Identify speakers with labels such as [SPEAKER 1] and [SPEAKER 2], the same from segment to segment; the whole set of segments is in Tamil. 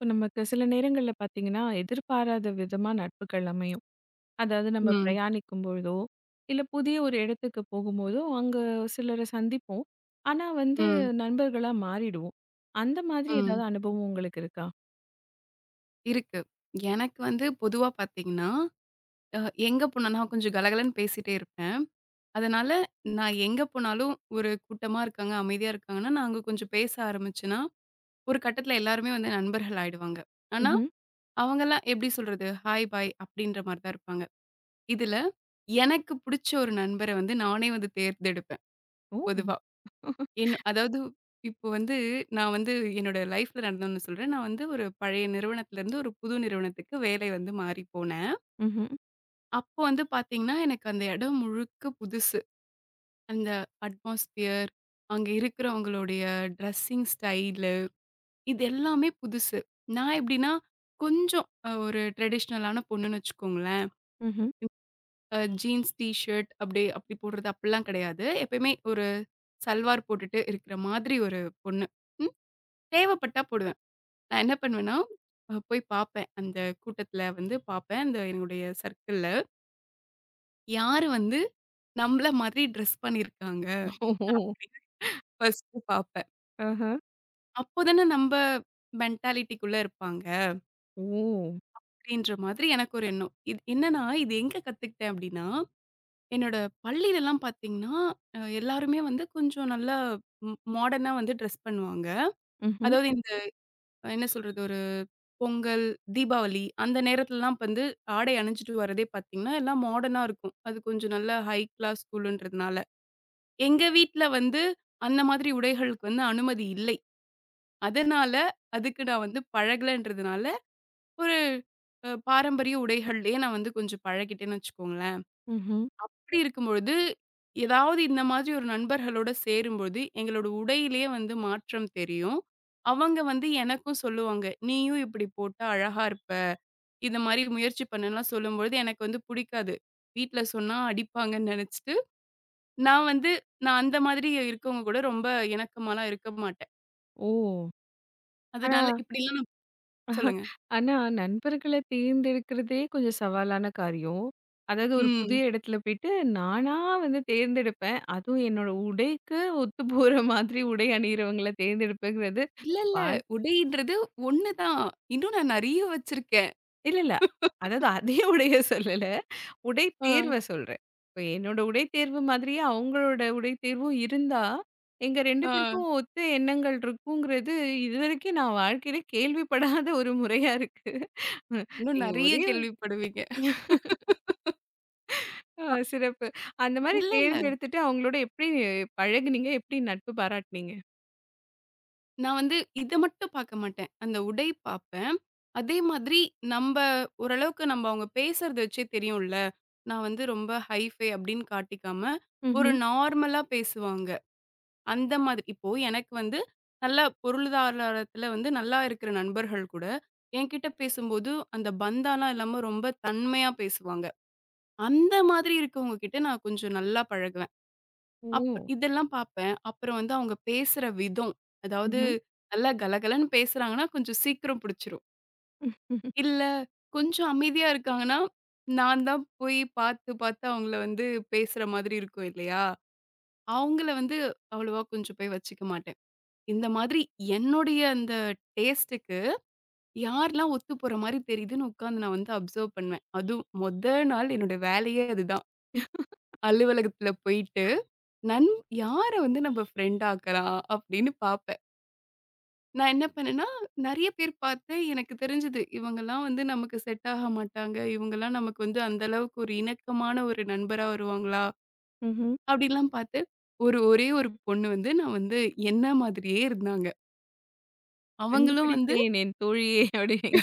[SPEAKER 1] இப்போ நமக்கு சில நேரங்களில் பார்த்தீங்கன்னா எதிர்பாராத விதமாக நட்புகள் அமையும். அதாவது நம்ம
[SPEAKER 2] ம்.
[SPEAKER 1] பிரயாணிக்கும் பொழுதோ இல்லை புதிய ஒரு இடத்துக்கு போகும்போதோ அங்கே சிலரை சந்திப்போம். ஆனால் வந்து
[SPEAKER 2] ம்.
[SPEAKER 1] நண்பர்களாக மாறிடுவோம். அந்த மாதிரி ஏதாவது
[SPEAKER 2] ம்.
[SPEAKER 1] அனுபவம் உங்களுக்கு இருக்கா?
[SPEAKER 2] இருக்கு. எனக்கு வந்து பொதுவா பார்த்தீங்கன்னா, அ எங்க போனா நான் கொஞ்சம் கலகலன்னு பேசிட்டே இருப்பேன். அதனால நான் எங்க போனாலும் ஒரு கூட்டமா இருக்காங்க, அமைதியா இருக்காங்கன்னா, நான் அங்க கொஞ்சம் பேச ஆரம்பிச்சேன்னா, ஒரு கட்டத்தில எல்லாருமே வந்து நண்பர்கள் ஆயிடுவாங்க. ஆனா,
[SPEAKER 1] ம்.
[SPEAKER 2] அவங்கலாம் எப்படி சொல்றது? ஹாய், பாய் அப்படின்ற மாரி தான் இருப்பாங்க. இதுல எனக்கு புடிச்ச ஒரு நண்பர வந்து நானே வந்து தேர்ந்தெடுப்பேன்
[SPEAKER 1] ஓ ம்.
[SPEAKER 2] பொதுவா. என் அதாவது இப்போ வந்து நான் வந்து என்னோட லைஃப்ல நடந்த ஒண்ணு சொல்றேன். நான் வந்து ஒரு பழைய நிறுவனத்திலருந்து ஒரு புது நிறுவனத்துக்கு வேலை வந்து மாறி போனேன். அப்போ வந்து பார்த்தீங்கன்னா, எனக்கு அந்த இடம் முழுக்க புதுசு. அந்த அட்மாஸ்பியர், அங்க இருக்கிறவங்களுடைய ட்ரெஸ்ஸிங் ஸ்டைலு இது எல்லாமே புதுசு. நான் எப்படின்னா, கொஞ்சம் ஒரு ட்ரெடிஷ்னலான பொண்ணுன்னு வச்சுக்கோங்களேன்.
[SPEAKER 1] ம்.
[SPEAKER 2] ஜீன்ஸ், டீ ஷர்ட் அப்படி அப்படி போடுறது அப்படிலாம் கிடையாது. எப்பயுமே ஒரு சல்வார் போட்டுட்டு இருக்கிற மாதிரி ஒரு பொண்ணு. ம். தேவைப்பட்டா போடுவேன். நான் என்ன பண்ணுவேன்னா, போய் பாப்பேன். அந்த கூட்டத்துல வந்து பாப்பேன். அந்த என்னுடைய சர்க்கிள்ல. யாரு வந்து நம்மள மாதிரி ட்ரெஸ் பண்ணியிருக்காங்க
[SPEAKER 1] ஓ.
[SPEAKER 2] அப்படின்னு ஃபர்ஸ்ட்டு பாப்பேன்.
[SPEAKER 1] ஆஹா.
[SPEAKER 2] அப்போ தானே நம்ப மென்டாலிட்டிக்குள்ள இருப்பாங்க.
[SPEAKER 1] ஓ
[SPEAKER 2] அப்படின்ற மாதிரி எனக்கு ஒரு எண்ணம். இது என்னன்னா, இது எங்க கத்துக்கிட்டேன் அப்படின்னா, என்னோட பள்ளியிலலாம் பாத்தீங்கன்னா, எல்லாருமே வந்து கொஞ்சம் நல்லா மாடர்னா வந்து ட்ரெஸ் பண்ணுவாங்க.
[SPEAKER 1] ம். ம்.
[SPEAKER 2] அதாவது என்ன சொல்றது? ஒரு பொங்கல், தீபாவளி அந்த நேரத்துலலாம் வந்து ஆடை அணிஞ்சுட்டு வரதே பார்த்தீங்கன்னா, எல்லாம் மாடர்னா இருக்கும். அது கொஞ்சம் நல்ல ஹை கிளாஸ் ஸ்கூலுன்றதுனால. எங்க வீட்ல வந்து அந்த மாதிரி உடைகளுக்கு வந்து அனுமதி இல்லை. அதனால அதுக்கு நான் வந்து பழகலன்றதுனால, ஒரு பாரம்பரிய உடைகள்லயே நான் வந்து கொஞ்சம் பழகிட்டேன்னு வச்சுக்கோங்களேன். அப்படி இருக்கும்பொழுது, ஏதாவது இந்த மாதிரி ஒரு நண்பர்களோட சேரும்பொழுது, எங்களோட உடையிலேயே வந்து மாற்றம் தெரியும். அவங்க வந்து எனக்கும் சொல்லுவாங்க, "நீயும் இப்படி போட்டா அழகா இருப்ப." இந்த மாரி முயற்சி பண்ணேன்லாம் சொல்லும்பொழுது, எனக்கு வந்து புடிக்காது. வீட்ல சொன்னா அடிப்பாங்கன்னு நெனச்சுட்டு, நான் வந்து அந்த மாதிரி இருக்கவங்க கூட ரொம்ப இணக்கமாலாம் இருக்க மாட்டேன்.
[SPEAKER 1] ஓ. ஆனா
[SPEAKER 2] அதனால இப்படிலாம் நான் சொல்லுங்க.
[SPEAKER 1] ஆனா, நண்பர்கள தேர்ந்தெடுக்கிறதே கொஞ்சம் சவாலான காரியம். அதாவது ஒரு
[SPEAKER 2] ம்.
[SPEAKER 1] புதிய இடத்துல போயிட்டு நானா வந்து தேர்ந்தெடுப்பேன். அதுவும் என்னோட உடைக்கு ஒத்து போற மாதிரி உடை அணியிறவங்கள தேர்ந்தெடுப்பேங்கிறது.
[SPEAKER 2] இல்ல, இல்ல.
[SPEAKER 1] வாழ்
[SPEAKER 2] உடைன்றது ஒண்ணு தான். இன்னும் நான் நெறைய வச்சிருக்கேன்.
[SPEAKER 1] இல்ல, இல்ல. அதாவது அதே உடைய சொல்லல. உடை
[SPEAKER 2] ஆ,
[SPEAKER 1] தேர்வ சொல்றேன். இப்ப என்னோட உடை தேர்வு மாதிரியே அவங்களோட உடை தேர்வும் இருந்தா, எங்க 2 பேருக்கும்
[SPEAKER 2] ஆ.
[SPEAKER 1] ஒத்த எண்ணங்கள் இருக்குங்கிறது இதுவரைக்கும் நான் வாழ்க்கையில கேள்விப்படாத ஒரு முறையா இருக்கு.
[SPEAKER 2] இன்னும்
[SPEAKER 1] நீங்க
[SPEAKER 2] நெறைய
[SPEAKER 1] ஒரே
[SPEAKER 2] கேள்விப்படுவீங்க.
[SPEAKER 1] ஆ சிறப்பு. அந்த மாரி
[SPEAKER 2] இல்ல, இல்ல.
[SPEAKER 1] தேர்ந்தெடுத்துட்டு அவங்களோட எப்படி பழகுனீங்க? எப்படி நட்பு பாராட்டுனீங்க?
[SPEAKER 2] நான் வந்து இத மட்டும் பாக்க மாட்டேன். அந்த உடை பாப்பேன். அதே மாதிரி நம்ப ஓரளவுக்கு அவங்க பேசுறத வச்சே தெரியும்ல. நான் வந்து ரொம்ப ஹைஃபை அப்படின்னு காட்டிக்காம, ஒரு
[SPEAKER 1] ம்ஹ்ம்.
[SPEAKER 2] நார்மலா பேசுவாங்க. அந்த மாதிரி இப்போ எனக்கு வந்து நல்லா பொருளாதாரத்துல வந்து நல்லா இருக்கிற நண்பர்கள் கூட, என்கிட்ட பேசும்போது அந்த பந்தாலாம் இல்லாம ரொம்ப தன்மையா பேசுவாங்க. அந்த மாதிரி இருக்கவங்க கிட்ட நான் கொஞ்சம் நல்லா பழகுவேன்.
[SPEAKER 1] ஓ!
[SPEAKER 2] இதெல்லாம் பார்ப்பேன். அப்புறம் வந்து அவங்க பேசுற விதம். அதாவது
[SPEAKER 1] ம்ஹ்ம்.
[SPEAKER 2] நல்லா கலகலன்னு பேசுறாங்கன்னா, கொஞ்சம் சீக்கிரம் பிடிச்சிரும். இல்ல கொஞ்சம் அமைதியா இருக்காங்கன்னா, நான் தான் போய் பார்த்து பார்த்து அவங்கள வந்து பேசுற மாதிரி இருக்கும் இல்லையா? அவங்கள வந்து அவ்வளவா கொஞ்சம் போய் வச்சுக்க மாட்டேன். இந்த மாதிரி என்னுடைய அந்த டேஸ்ட்டுக்கு யாரெல்லாம் ஒத்து போற மாரி தெரியுதுன்னு உட்காந்து நான் வந்து அப்சர்வ் பண்ணுவேன். அதுவும் மொத நாள் என்னோட வேலையே அதுதான். அலுவலகத்துல போயிட்டு, நன் யார வந்து நம்ம ஃப்ரெண்ட் ஆக்கலாம் அப்படின்னு பார்ப்பேன். நான் என்ன பண்ணேன்னா, நெறைய பேர் பார்த்தேன். எனக்கு தெரிஞ்சது, இவங்கலாம் வந்து நமக்கு செட் ஆக மாட்டாங்க. இவங்கலாம் நமக்கு வந்து அந்த அளவுக்கு ஒரு இணக்கமான ஒரு நண்பரா வருவாங்களா?
[SPEAKER 1] ம்ஹ்ம்.
[SPEAKER 2] அப்படிலாம் பார்த்து, ஒரு ஒரே ஒரு பொண்ணு வந்து நான் வந்து என்ன மாதிரியே இருந்தாங்க. அவங்களும் வந்து
[SPEAKER 1] கண்டுபிடித்தேன் என் தோழியை அப்படின்னீங்க.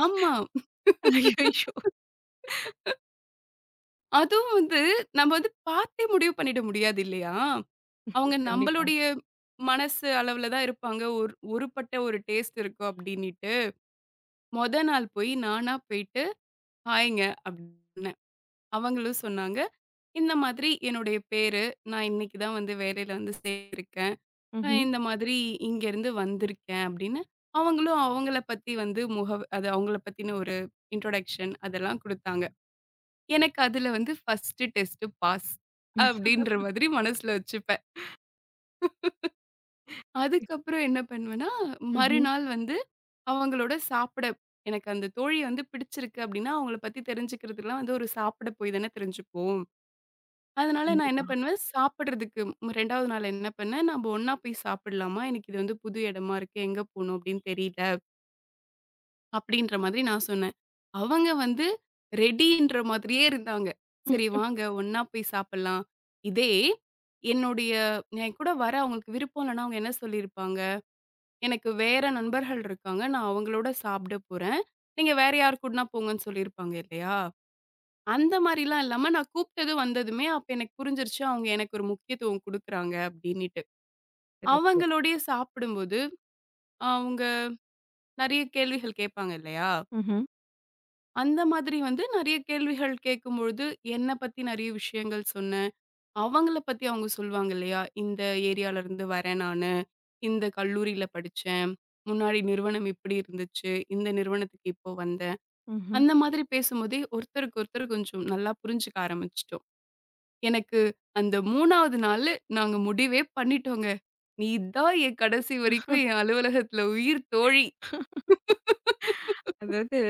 [SPEAKER 2] ஆமா.
[SPEAKER 1] அய்யய்யோ!
[SPEAKER 2] அதுவும் வந்து நம்ம வந்து பார்த்தே முடிவு பண்ணிட முடியாது இல்லையா? அவங்க
[SPEAKER 1] கண்டிப்பா.
[SPEAKER 2] நம்மளுடைய மனசு அளவுல தான் இருப்பாங்க. ஒரு ஒருபட்ட ஒரு டேஸ்ட் இருக்கும் அப்படின்னிட்டு, மொத நாள் போய் நானா போயிட்டு, "ஹாய்ங்க" அப்படின்னேன். அவங்களும் சொன்னாங்க. இந்த மாதிரி என்னுடைய பேரு. நான் இன்னைக்கு தான் வந்து வேலையில வந்து சேர்ந்திருக்கேன். நான்
[SPEAKER 1] ம்ஹ்ம்.
[SPEAKER 2] இந்த மாதிரி இங்கேருந்து வந்திருக்கேன் அப்படின்னு, அவங்களும் அவங்கள பத்தி வந்து முகவ் அது அவங்கள பத்தின ஒரு இன்ட்ரோடக்ஷன் அதெல்லாம் குடுத்தாங்க. எனக்கு அதுல வந்து ஃபர்ஸ்ட் டெஸ்ட் பாஸ் அப்படின்ற மாதிரி மனசுல வச்சுப்பேன். அதுக்கப்புறம் என்ன பண்ணுவேன்னா,
[SPEAKER 1] ம்ஹ்ம்.
[SPEAKER 2] மறுநாள் வந்து அவங்களோட சாப்பிட எனக்கு அந்த தோழிய வந்து பிடிச்சிருக்கு அப்படின்னா, அவங்கள பத்தி தெரிஞ்சுக்கிறதுக்குலாம் வந்து ஒரு சாப்பிட போய் தானே தெரிஞ்சுப்போம். அதனால நான் என்ன
[SPEAKER 1] கண்டிப்பா.
[SPEAKER 2] பண்ணுவேன், சாப்பிடுறதுக்கு 2வது நாள் என்ன பண்ணேன், "நம்ப ஒண்ணா போய் சாப்பிடலாமா? எனக்கு இது வந்து புது இடமா இருக்கு. எங்க போணும் அப்படின்னு தெரியல." அப்படின்ற மாதிரி நான் சொன்னேன். அவங்க வந்து ரெடின்ற மாதிரியே இருந்தாங்க. "சரி வாங்க, ஒண்ணா போய் சாப்பிடலாம்." இதே என்னுடைய என் கூட வர அவங்களுக்கு விருப்பம் இல்லன்னா, அவங்க என்ன சொல்லியிருப்பாங்க, "எனக்கு வேற நண்பர்கள் இருக்காங்க. நான் அவங்களோட சாப்பிட போறேன். நீங்க வேற யார் கூடனா போங்கன்னு" சொல்லியிருப்பாங்க இல்லையா? அந்த மாரிலாம் இல்லாம, நான் கூப்ட்டது வந்ததுமே, அப்ப எனக்கு புரிஞ்சிருச்சு, அவங்க எனக்கு ஒரு முக்கியத்துவம் குடுக்குறாங்க அப்டின்னிட்டு.
[SPEAKER 1] சிறப்பு.
[SPEAKER 2] அவங்களோடயே சாப்பிடும்போது, அவங்க நெறைய கேள்விகள் கேட்பாங்க இல்லையா?
[SPEAKER 1] ம்ஹ்ம்.
[SPEAKER 2] அந்த மாதிரி வந்து நெறைய கேள்விகள் கேட்கும்பொழுது, என்ன பத்தி நெறைய விஷயங்கள் சொன்னேன். அவங்கள பத்தி அவங்க சொல்லுவாங்க இல்லையா? இந்த ஏரியால இருந்து வரேன் நானு. இந்த கல்லூரியில படிச்சேன். முன்னாடி நிறுவனம் இப்படி இருந்துச்சு. இந்த நிறுவனத்துக்கு இப்போ வந்தேன்.
[SPEAKER 1] ம்ஹ்ம்.
[SPEAKER 2] அந்த மாதிரி பேசும்போதே, ஒருத்தருக்கு ஒருத்தர் கொஞ்சம் நல்லா புரிஞ்சுக்க ஆரம்பிச்சுட்டோம். எனக்கு அந்த 3வது நாளு நாங்க முடிவே பண்ணிட்டோங்க. "நீ தான் என் கடைசி வரைக்கும் என் அலுவலகத்துல உயிர் தோழி."
[SPEAKER 1] அதாவது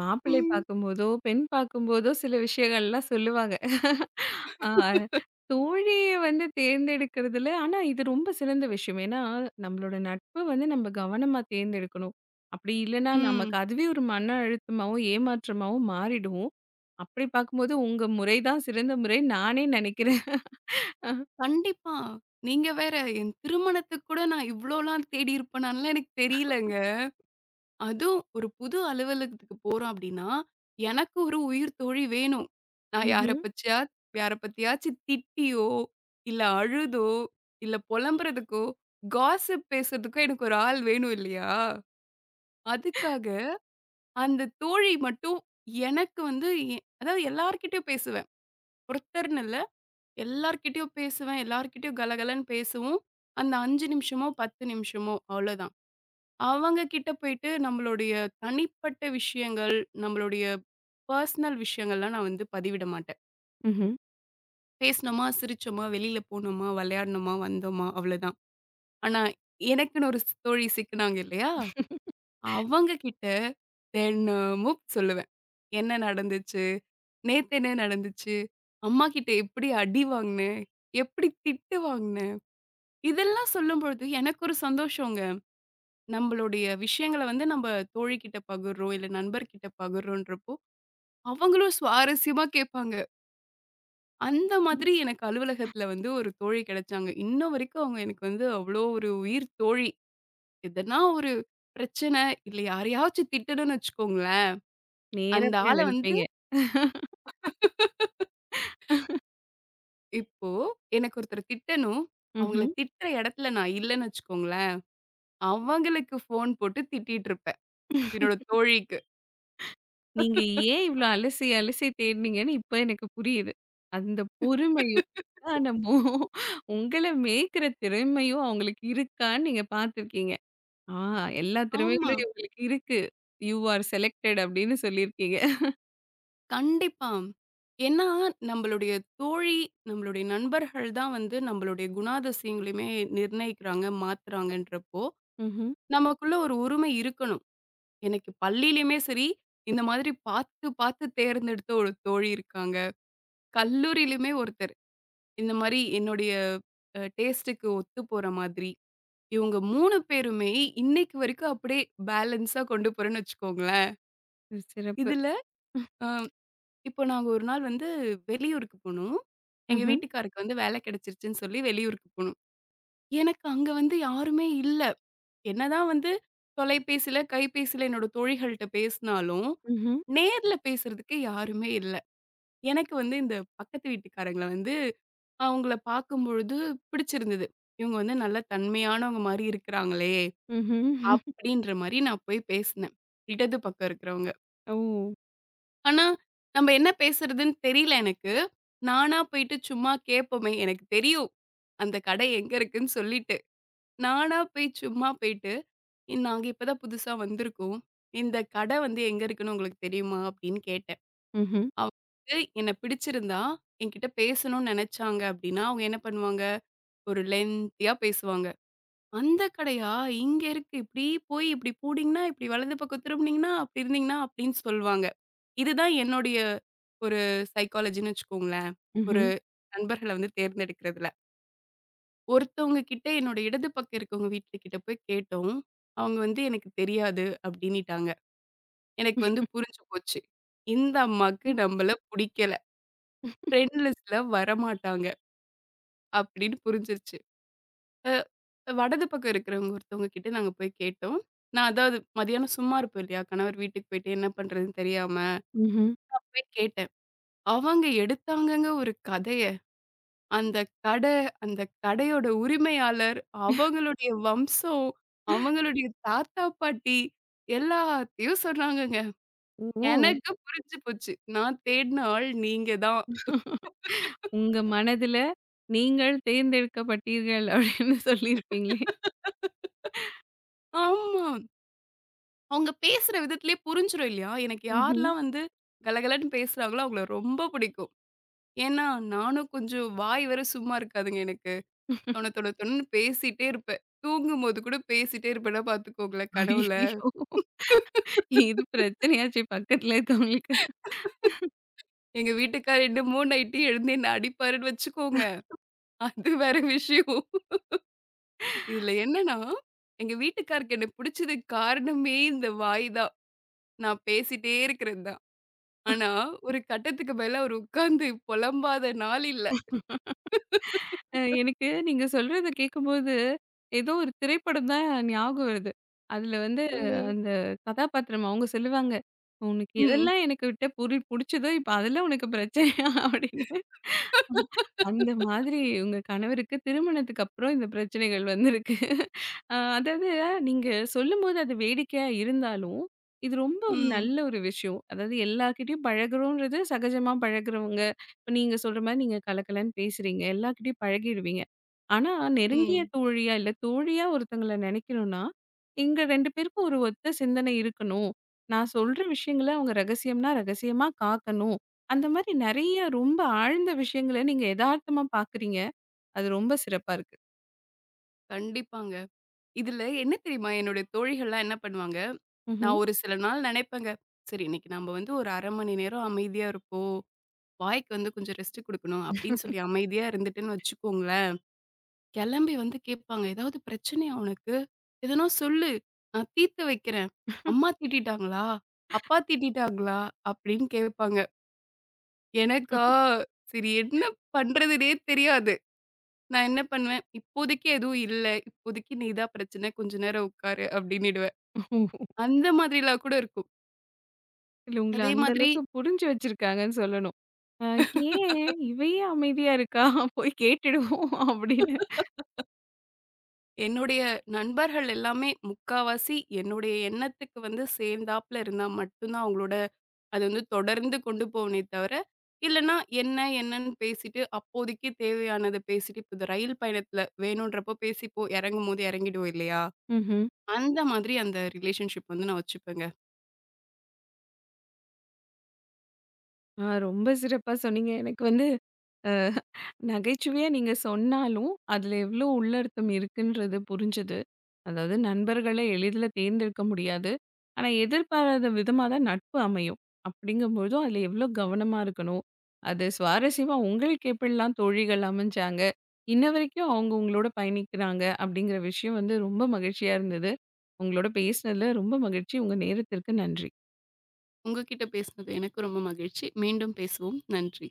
[SPEAKER 1] மாப்பிள்ளை
[SPEAKER 2] ம்.
[SPEAKER 1] பார்க்கும்போதோ, பெண் பார்க்கும்போதோ சில விஷயங்கள்லாம் சொல்லுவாங்க. ஆ தோழிய வந்து தேர்ந்தெடுக்கிறதுல ஆனா இது ரொம்ப சிறந்த விஷயம். ஏன்னா, நம்மளோட நட்பு வந்து நம்ம கவனமா தேர்ந்தெடுக்கணும். அப்படி இல்லன்னா நமக்கு
[SPEAKER 2] ம்.
[SPEAKER 1] அதுவே ஒரு மன அழுத்தமாவும், ஏமாற்றமாவும் மாறிடும். அப்படி பார்க்கும்போது உங்க முறை தான் சிறந்த முறைன்னு நானே நினைக்கிறேன்.
[SPEAKER 2] கண்டிப்பா. நீங்க வேற என் திருமணத்துக்கு கூட நான் இவ்ளோலாம் தேடி இருப்பேனான்லாம் எனக்கு தெரியலங்க. அதுவும் ஒரு புது அலுவலகத்துக்கு போறோம் அப்படின்னா, எனக்கு ஒரு உயிர் தோழி வேணும். நான் யார
[SPEAKER 1] ம்ஹ்ம்.
[SPEAKER 2] பச்சயா யார பத்தியாச்சு திட்டியோ, இல்ல அழுதோ, இல்ல புலம்புறதுக்கோ, காசிப் பேசுறதுக்கோ எனக்கு ஒரு ஆள் வேணும் இல்லையா? அதுக்காக அந்த தோழி மட்டும் எனக்கு வந்து அதாவது எல்லார்கிட்டயும் பேசுவேன். ஒருத்தர்ன்னு இல்ல. எல்லார்கிட்டயும் பேசுவேன். எல்லார்கிட்டயும் கலகலன்னு பேசவும், அந்த 5 நிமிஷமோ, 10 நிமிஷமோ அவ்வளோதான். அவங்க கிட்ட போயிட்டு நம்மளுடைய தனிப்பட்ட விஷயங்கள், நம்மளுடைய பர்சனல் விஷயங்கள்லாம் நான் வந்து பதிவிட மாட்டேன்.
[SPEAKER 1] ம்ஹ்ம்.
[SPEAKER 2] பேசினோமா, சிரிச்சோமா, வெளியில போனோமா, விளையாடுனோமா, வந்தோமா அவ்வளோதான். ஆனா எனக்குன்னு ஒரு தோழி சிக்குனாங்க இல்லையா? அவங்க கிட்ட தினமும் சொல்லுவேன். என்ன நடந்துச்சு? நேத்து என்ன நடந்துச்சு? அம்மா கிட்ட எப்படி அடி வாங்கினேன்? எப்படி திட்டு வாங்கினேன்? இதெல்லாம் சொல்லும்பொழுது எனக்கு ஒரு சந்தோஷங்க. நம்மளுடைய விஷயங்கள வந்து நம்ம தோழி கிட்ட பகிர்றோம், இல்ல நண்பர்கிட்ட பகிர்றோன்றப்போ அவங்களும் சுவாரஸ்யமா கேட்பாங்க. அந்த மாதிரி எனக்கு அலுவலகத்துல வந்து ஒரு தோழி கிடைச்சாங்க. இன்ன வரைக்கும் அவங்க எனக்கு வந்து அவ்ளோ ஒரு உயிர் தோழி. எதனா ஒரு பிரச்சனை, இல்ல யாரையாச்சும் திட்டணும்னு வச்சுக்கோங்களேன்,
[SPEAKER 1] நேரா
[SPEAKER 2] அந்த
[SPEAKER 1] போய்
[SPEAKER 2] ஆள
[SPEAKER 1] அங்க
[SPEAKER 2] வந்து
[SPEAKER 1] நிப்பீங்க.
[SPEAKER 2] இப்போ எனக்கு ஒருத்தர திட்டணும். அவங்கள
[SPEAKER 1] ம்ஹ்ம்.
[SPEAKER 2] திட்டுற இடத்துல நான் இல்லன்னு வச்சுக்கோங்களேன், அவங்களுக்கு ஃபோன் போட்டு திட்டிட்டு இருப்பேன். என்னோட தோழிக்கு.
[SPEAKER 1] நீங்க ஏன் இவ்ளோ அலசி அலசி தேடுனீங்கன்னு இப்ப எனக்கு புரியுது. அந்த பொறுமையும், நிதானமும், உங்கள மேய்க்கிற திறமையும் அவங்களுக்கு இருக்கான்னு நீங்க பார்த்துருக்கீங்க. ஆ எல்லா
[SPEAKER 2] ஆமா.
[SPEAKER 1] திறமைகளும் இவங்களுக்கு இருக்கு. "யூ ஆர் செலக்டட்" அப்படின்னு சொல்லியிருக்கீங்க.
[SPEAKER 2] கண்டிப்பா. ஏன்னா, நம்மளுடைய தோழி, நம்மளுடைய நண்பர்கள் தான் வந்து நம்மளுடைய குணாதிசயங்களையுமே நிர்ணயிக்கிறாங்க, மாத்துறாங்கன்றப்போ,
[SPEAKER 1] ம்ஹ்ம்.
[SPEAKER 2] நமக்குள்ள ஒரு உரிமை இருக்கணும். எனக்கு பள்ளியிலயுமே சரி, இந்த மாதிரி பார்த்து பார்த்து தேர்ந்தெடுத்த ஒரு தோழி இருக்காங்க. கல்லூரியிலயுமே ஒருத்தர். இந்த மாரி என்னுடைய டேஸ்ட்டுக்கு ஒத்து போற மாதிரி. இவங்க 3 பேருமே இன்னைக்கு வரைக்கும் அப்படியே பேலன்ஸா கொண்டு போறேன்னு வச்சுக்கோங்களேன்.
[SPEAKER 1] சிறப்பு.
[SPEAKER 2] இதுல இப்போ நாங்க ஒரு நாள் வந்து வெளியூருக்கு போனோம். எங்க
[SPEAKER 1] ம்ஹ்ம்.
[SPEAKER 2] வீட்டுக்காருக்கு வந்து வேலை கிடைச்சிருச்சுன்னு சொல்லி வெளியூருக்கு போனோம். எனக்கு அங்க வந்து யாருமே இல்ல. என்னதான் வந்து தொலைபேசியில, கைபேசியில என்னோட தோழிகள்ட்ட பேசினாலும்,
[SPEAKER 1] ம்ஹ்ம்.
[SPEAKER 2] நேர்ல பேசுறதுக்கு யாருமே இல்ல. எனக்கு வந்து இந்த பக்கத்து வீட்டுக்காரங்கள வந்து அவங்கள பார்க்கும்பொழுது பிடிச்சிருந்தது. இவங்க வந்து நல்ல தன்மையானவங்க மாரி இருக்கிறாங்களே!
[SPEAKER 1] ம்ஹ்ம்.
[SPEAKER 2] அப்படின்ற மாரி நான் போய் பேசினேன். இடது பக்கம் இருக்கிறவங்க.
[SPEAKER 1] ஓ!
[SPEAKER 2] ஆனா, நம்ம என்ன பேசுறதுன்னு தெரியல எனக்கு. நானா போயிட்டு சும்மா கேட்போமே, எனக்கு தெரியும். அந்த கடை எங்க இருக்குன்னு சொல்லிட்டு. நானா போய் சும்மா போயிட்டு, "நாங்க இப்ப தான் புதுசா வந்திருக்கோம். இந்த கடை வந்து எங்க இருக்குன்னு உங்களுக்கு தெரியுமா?" அப்படின்னு கேட்டேன்.
[SPEAKER 1] ம்ஹ்ம்.
[SPEAKER 2] அவங்க என்ன பிடிச்சிருந்தா, என்கிட்ட பேசணும்னு நெனச்சாங்க அப்படின்னா, அவங்க என்ன பண்ணுவாங்க, ஒரு லென்த்தியா பேசுவாங்க. அந்த கடையா? இங்க இருக்கு. இப்டி போய் இப்டி போனீங்கன்னா, இப்டி வலது பக்கம் திரும்புனீங்கன்னா, அப்டி இருந்தீங்கன்னா அப்டின்னு சொல்வாங்க. இதுதான் என்னுடைய ஒரு சைக்காலஜின்னு வச்சுக்கோங்களேன். ஒரு
[SPEAKER 1] ம்ஹ்ம்.
[SPEAKER 2] நண்பர்கள வந்து தேர்ந்தெடுக்கிறதுல. ஒருத்தவங்க கிட்ட என்னோட இடது பக்கம் இருக்கவங்க வீட்டுக்கிட்ட போய் கேட்டோம். அவங்க வந்து "எனக்கு தெரியாது" அப்டின்னிட்டாங்க. எனக்கு வந்து புரிஞ்சு போச்சு. இந்த அம்மாக்கு நம்மள புடிக்கல. ஃப்ரெண்ட் லிஸ்ட்ல வரமாட்டாங்க அப்டின்னு புரிஞ்சிருச்சு. அ வடது பக்கம் இருக்கிறவங்க ஒருத்தவங்க கிட்ட நாங்க போய் கேட்டோம். நான் அதாவது மதியானம் சும்மா இருப்பேன் இல்லையா? கணவர் வீட்டுக்கு போயிட்டு என்ன பண்றதுன்னு தெரியாம,
[SPEAKER 1] ம்ஹ்ம்.
[SPEAKER 2] நான் போய் கேட்டேன். அவங்க எடுத்தாங்கங்க ஒரு கதைய. அந்த கடை, அந்த கடையோட உரிமையாளர், அவங்களுடைய வம்சம், அவங்களுடைய தாத்தா, பாட்டி எல்லாத்தையும் சொன்னாங்கங்க.
[SPEAKER 1] ஓ!
[SPEAKER 2] எனக்கு புரிஞ்சு போச்சு. நான் தேடின ஆள் நீங்க தான்.
[SPEAKER 1] உங்க மனதுல நீங்கள் தேர்ந்தெடுக்கப்பட்டீர்கள் அப்படின்னு சொல்லியிருப்பீங்களே!
[SPEAKER 2] ஆமா. அவங்க பேசுற விதத்திலேயே புரிஞ்சிரும் இல்லையா? எனக்கு
[SPEAKER 1] ம்ஹ்ம்.
[SPEAKER 2] யாரெல்லாம் வந்து கலகலன்னு பேசுறாங்களோ, அவங்கள ரொம்ப பிடிக்கும். ஏன்னா, நானும் கொஞ்சம் வாய் வேற சும்மா இருக்காதுங்க எனக்கு. தொண தொண தொணன்னு பேசிட்டே இருப்பேன். தூங்கும்போது கூட பேசிட்டே இருப்பேன்னா பார்த்துக்கோங்களேன் கனவுல.
[SPEAKER 1] ஐயய்யோ! இது பிரச்சனையாச்சே பக்கத்துல இருக்கவங்களுக்கு.
[SPEAKER 2] எங்க வீட்டுக்காரர் என்ன 3 நைட்டு எழுந்து என்ன அடிப்பாருன்னு வச்சுக்கோங்க. அது வேற விஷயம். இதுல என்னன்னா, எங்க வீட்டுக்காருக்கு என்ன பிடிச்சதுக்கு காரணமே இந்த வாய் தான். நான் பேசிட்டே இருக்கிறது தான். ஆனா, ஒரு கட்டத்துக்கு மேல அவரு உட்காந்து புலம்பாத நாள் இல்ல.
[SPEAKER 1] எனக்கு நீங்க சொல்றத கேட்கும்போது, ஏதோ ஒரு திரைப்படம் தான் ஞாபகம் வருது. அதுல வந்து
[SPEAKER 2] ம்.
[SPEAKER 1] அந்த கதாபாத்திரம் அவங்க சொல்லுவாங்க, "உனக்கு
[SPEAKER 2] ம்.
[SPEAKER 1] எதெல்லாம் எனக்கு விட்ட புடிச்சதோ, இப்ப அதெல்லாம் உனக்கு பிரச்சனையா?" அப்படின்னு. அந்த மாதிரி உங்க கணவருக்கு திருமணத்துக்கு அப்புறம் இந்த பிரச்சனைகள் வந்திருக்கு. அதாவது நீங்க சொல்லும்போது அது வேடிக்கையா இருந்தாலும், இது ரொம்ப ஒரு
[SPEAKER 2] ம்.
[SPEAKER 1] நல்ல ஒரு விஷயம். அதாவது எல்லார்கிட்டயும் பழகுறோன்றது சகஜமா பழகுறவங்க. இப்ப நீங்க சொல்ற மாரி நீங்க கலகலன்னு பேசுறீங்க. எல்லார்கிட்டயும் பழகிடுவீங்க. ஆனா நெருங்கிய
[SPEAKER 2] ம்.
[SPEAKER 1] தோழியா, இல்ல தோழியா ஒருத்தங்கள நினைக்கணும்னா, எங்க 2 பேருக்கும் ஒரு ஒத்த சிந்தனை இருக்கணும். நான் சொல்ற விஷயங்கள அவங்க ரகசியம்னா, ரகசியமா காக்கணும். அந்த மாரி நெறைய ரொம்ப ஆழ்ந்த விஷயங்கள நீங்க எதார்த்தமா பார்க்குறீங்க. அது ரொம்ப சிறப்பா இருக்கு.
[SPEAKER 2] கண்டிப்பாங்க. இதுல என்ன தெரியுமா? என்னுடைய தோழிகள்லாம் என்ன பண்ணுவாங்க,
[SPEAKER 1] ம்ஹ்ம்.
[SPEAKER 2] நான் ஒரு சில நாள் நினைப்பேங்க. சரி இன்னைக்கு நம்ம வந்து ஒரு 1/2 மணி நேரம் அமைதியா இருப்போம். வாய்க்கு வந்து கொஞ்சம் ரெஸ்ட் குடுக்கணும் அப்படின்னு சொல்லி அமைதியா இருந்துட்டேன்னு வச்சுக்கோங்களேன். கிளம்பி வந்து கேட்பாங்க, "ஏதாவது பிரச்சனையா உனக்கு? எதனா சொல்லு. நான் தீர்த்து வைக்கிறேன். அம்மா திட்டிட்டாங்களா? அப்பா திட்டிட்டாங்களா?" அப்படின்னு கேட்பாங்க. எனக்கா, சரி என்ன பண்றதுன்னே தெரியாது. நான் என்ன பண்ணுவேன், "இப்போதைக்கு எதுவும் இல்ல. இப்போதைக்கு நீ தான் பிரச்சனை. கொஞ்ச நேரம் உட்காரு" அப்டின்னிடுவேன். அந்த மாதிரிலாம் கூட இருக்கும்.
[SPEAKER 1] இல்ல உங்கள
[SPEAKER 2] அதே
[SPEAKER 1] அந்த
[SPEAKER 2] மாதிரி
[SPEAKER 1] அளவுக்கு புரிஞ்சு வச்சிருக்காங்கன்னு சொல்லணும். அ ஏன் அமைதியா இருக்கா? போய் கேட்டுடுவோம்" அப்படின்னு.
[SPEAKER 2] என்னுடைய நண்பர்கள் எல்லாமே முக்காவாசி என்னுடைய எண்ணத்துக்கு வந்து சேர்ந்தாப்ல இருந்தா மட்டும் தான் அவங்களோட அது வந்து தொடர்ந்து கொண்டு போவனே தவிர, இல்லன்னா என்ன என்னன்னு பேசிட்டு அப்போதைக்கு தேவையானத பேசிட்டு இப்ப இந்த ரயில் பயணத்துல வேணுன்றப்போ பேசிப்போ இறங்கும்போது இறங்கிடுவோம் இல்லையா?
[SPEAKER 1] ம்ஹ்ம்.
[SPEAKER 2] அந்த மாதிரி அந்த ரிலேஷன்ஷிப் வந்து நான் வச்சுப்பேங்க.
[SPEAKER 1] ஆ ரொம்ப சிறப்பா சொன்னீங்க. எனக்கு வந்து நகைச்சுவையா நீங்க சொன்னாலும், அதுல எவ்ளோ உள்ளர்த்தம் இருக்குன்றது புரிஞ்சது. அதாவது நண்பர்கள எளிதில தேர்ந்தெடுக்க முடியாது. ஆனா, எதிர்பாராத விதமா தான் நட்பு அமையும். அப்படிங்கும்போது அதுல எவ்ளோ கவனமா இருக்கணும். அது சுவாரஸ்யமா உங்களுக்கு எப்படிலாம் தோழிகள் அமைஞ்சாங்க? இன்ன வரைக்கும் அவங்க உங்களோட பயணிக்கிறாங்க அப்படிங்கிற விஷயம் வந்து ரொம்ப மகிழ்ச்சியா இருந்தது. உங்களோட பேசினதுல ரொம்ப மகிழ்ச்சி. உங்க நேரத்திற்கு நன்றி.
[SPEAKER 2] உங்ககிட்ட பேசினது எனக்கு ரொம்ப மகிழ்ச்சி. மீண்டும் பேசுவோம். நன்றி.